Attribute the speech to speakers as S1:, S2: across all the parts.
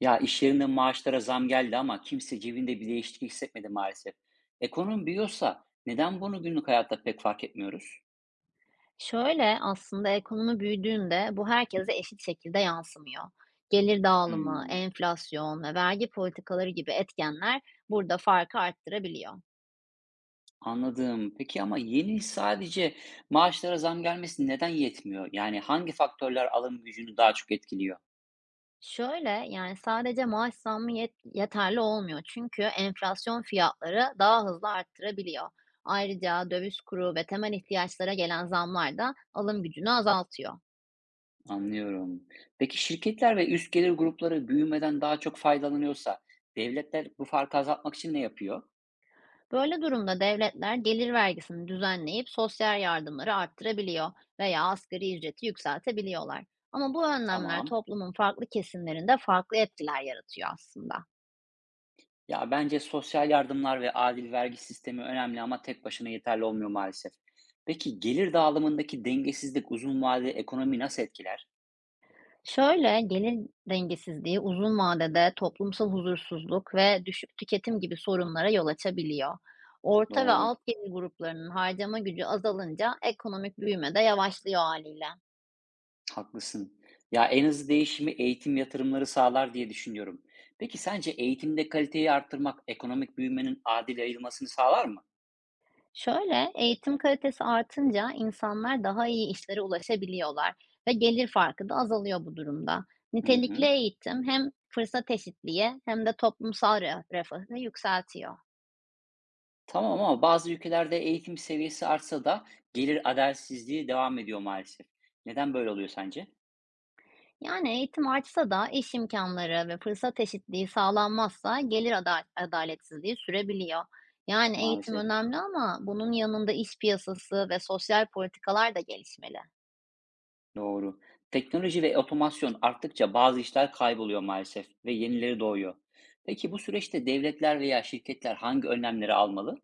S1: Ya iş yerinde maaşlara zam geldi ama kimse cebinde bir değişiklik hissetmedi maalesef. Ekonomi büyüyorsa neden bunu günlük hayatta pek fark etmiyoruz?
S2: Şöyle, aslında ekonomi büyüdüğünde bu herkese eşit şekilde yansımıyor. Gelir dağılımı,
S1: Hmm,
S2: enflasyon ve vergi politikaları gibi etkenler burada farkı arttırabiliyor.
S1: anladım. Peki ama yeni sadece maaşlara zam gelmesi neden yetmiyor? Yani hangi faktörler alım gücünü daha çok etkiliyor?
S2: Şöyle, yani sadece maaş zammı yeterli olmuyor. Çünkü enflasyon fiyatları daha hızlı arttırabiliyor. Ayrıca döviz kuru ve temel ihtiyaçlara gelen zamlar da alım gücünü azaltıyor.
S1: Anlıyorum. Peki şirketler ve üst gelir grupları büyümeden daha çok faydalanıyorsa devletler bu farkı azaltmak için ne yapıyor?
S2: Böyle durumda devletler gelir vergisini düzenleyip sosyal yardımları arttırabiliyor veya asgari ücreti yükseltebiliyorlar. Ama bu önlemler
S1: Tamam.
S2: toplumun farklı kesimlerinde farklı etkiler yaratıyor aslında.
S1: Ya bence sosyal yardımlar ve adil vergi sistemi önemli ama tek başına yeterli olmuyor maalesef. Peki gelir dağılımındaki dengesizlik uzun vadede ekonomiyi nasıl etkiler?
S2: Şöyle gelir dengesizliği uzun vadede toplumsal huzursuzluk ve düşük tüketim gibi sorunlara yol açabiliyor. Orta ve
S1: Doğru,
S2: alt gelir gruplarının harcama gücü azalınca ekonomik büyüme de yavaşlıyor haliyle.
S1: haklısın. Ya en hızlı değişimi eğitim yatırımları sağlar diye düşünüyorum. Peki sence eğitimde kaliteyi arttırmak ekonomik büyümenin adil yayılmasını sağlar mı?
S2: Şöyle, eğitim kalitesi artınca insanlar daha iyi işlere ulaşabiliyorlar ve gelir farkı da azalıyor bu durumda.
S1: Hı hı.
S2: Nitelikli eğitim hem fırsat eşitliği hem de toplumsal refahı yükseltiyor.
S1: Tamam ama bazı ülkelerde eğitim seviyesi artsa da gelir adaletsizliği devam ediyor maalesef. Neden böyle oluyor sence?
S2: Yani eğitim artsa da iş imkanları ve fırsat eşitliği sağlanmazsa gelir adaletsizliği sürebiliyor. Yani eğitim
S1: Maalesef.
S2: önemli ama bunun yanında iş piyasası ve sosyal politikalar da gelişmeli.
S1: Doğru. Teknoloji ve otomasyon arttıkça bazı işler kayboluyor maalesef ve yenileri doğuyor. Peki bu süreçte devletler veya şirketler hangi önlemleri almalı?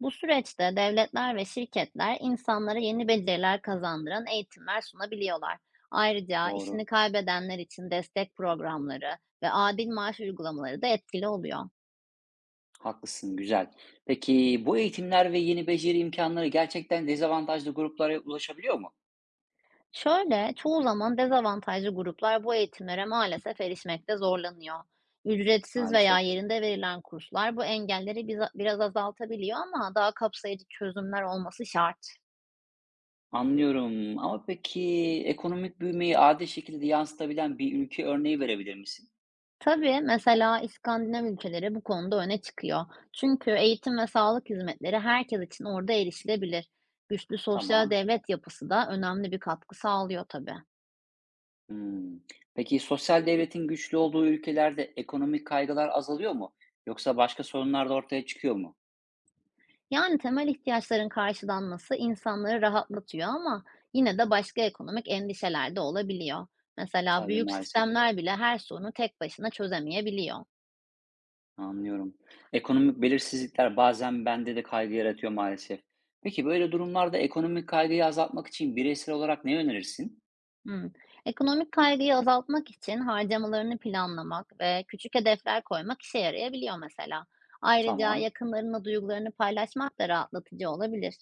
S2: Bu süreçte devletler ve şirketler insanlara yeni beceriler kazandıran eğitimler sunabiliyorlar. Ayrıca
S1: Doğru.
S2: işini kaybedenler için destek programları ve adil maaş uygulamaları da etkili oluyor.
S1: Haklısın, güzel. Peki bu eğitimler ve yeni beceri imkanları gerçekten dezavantajlı gruplara ulaşabiliyor mu?
S2: Şöyle, çoğu zaman dezavantajlı gruplar bu eğitimlere maalesef erişmekte zorlanıyor. Ücretsiz veya
S1: Maalesef.
S2: yerinde verilen kurslar bu engelleri biraz azaltabiliyor ama daha kapsayıcı çözümler olması şart.
S1: Anlıyorum. Ama peki ekonomik büyümeyi adil şekilde yansıtabilen bir ülke örneği verebilir misin?
S2: Tabii, mesela İskandinav ülkeleri bu konuda öne çıkıyor. Çünkü eğitim ve sağlık hizmetleri herkes için orada erişilebilir. Güçlü sosyal
S1: Tamam.
S2: devlet yapısı da önemli bir katkı sağlıyor tabii.
S1: Hımm. Peki sosyal devletin güçlü olduğu ülkelerde ekonomik kaygılar azalıyor mu? Yoksa başka sorunlar da ortaya çıkıyor mu?
S2: Yani temel ihtiyaçların karşılanması insanları rahatlatıyor ama yine de başka ekonomik endişeler de olabiliyor. Mesela
S1: Tabii,
S2: büyük
S1: maalesef.
S2: sistemler bile her sorunu tek başına çözemeyebiliyor.
S1: Anlıyorum. Ekonomik belirsizlikler bazen bende de kaygı yaratıyor maalesef. Peki böyle durumlarda ekonomik kaygıyı azaltmak için bireysel olarak ne önerirsin?
S2: Hımm. Ekonomik kaygıyı azaltmak için harcamalarını planlamak ve küçük hedefler koymak işe yarayabiliyor mesela. Ayrıca
S1: Tamam.
S2: yakınlarınla duygularını paylaşmak da rahatlatıcı olabilir.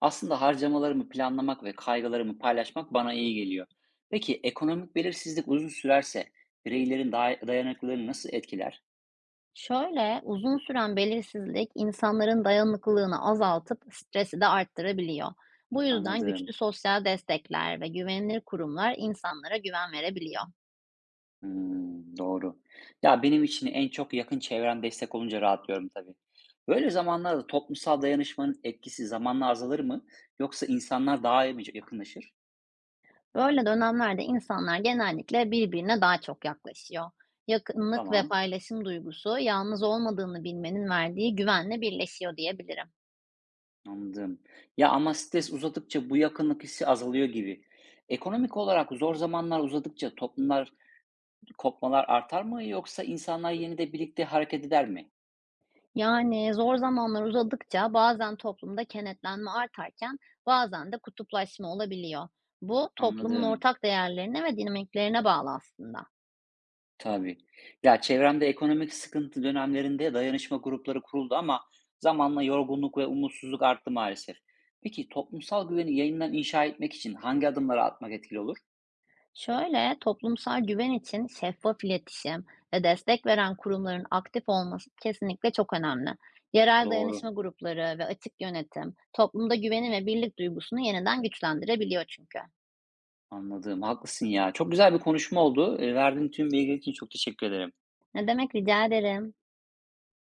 S1: Aslında harcamalarımı planlamak ve kaygılarımı paylaşmak bana iyi geliyor. Peki ekonomik belirsizlik uzun sürerse bireylerin dayanıklılığını nasıl etkiler?
S2: Şöyle, uzun süren belirsizlik insanların dayanıklılığını azaltıp stresi de arttırabiliyor. Bu yüzden güçlü
S1: Anladım.
S2: sosyal destekler ve güvenilir kurumlar insanlara güven verebiliyor.
S1: Hımm, doğru. Ya, benim için en çok yakın çevrem destek olunca rahatlıyorum tabii. Böyle zamanlarda toplumsal dayanışmanın etkisi zamanla azalır mı yoksa insanlar daha mı yakınlaşır?
S2: Böyle dönemlerde insanlar genellikle birbirine daha çok yaklaşıyor. Yakınlık ve
S1: Tamam,
S2: paylaşım duygusu yalnız olmadığını bilmenin verdiği güvenle birleşiyor diyebilirim.
S1: anladım. Ya, ama stres uzadıkça bu yakınlık hissi azalıyor gibi. Ekonomik olarak zor zamanlar uzadıkça toplumlar kopmalar artar mı yoksa insanlar yine de birlikte hareket eder mi?
S2: Yani zor zamanlar uzadıkça bazen toplumda kenetlenme artarken bazen de kutuplaşma olabiliyor. Bu toplumun
S1: Anladım.
S2: ortak değerlerine ve dinamiklerine bağlı aslında.
S1: Tabii. Ya, çevremde ekonomik sıkıntı dönemlerinde dayanışma grupları kuruldu ama zamanla yorgunluk ve umutsuzluk arttı maalesef. Peki toplumsal güveni yeniden inşa etmek için hangi adımları atmak etkili olur?
S2: Şöyle, toplumsal güven için şeffaf iletişim ve destek veren kurumların aktif olması kesinlikle çok önemli. Yerel dayanışma
S1: Doğru,
S2: grupları ve açık yönetim toplumda güveni ve birlik duygusunu yeniden güçlendirebiliyor çünkü.
S1: anladım. Haklısın ya. Çok güzel bir konuşma oldu. Verdiğin tüm bilgiler için çok teşekkür ederim.
S2: Ne demek, rica ederim.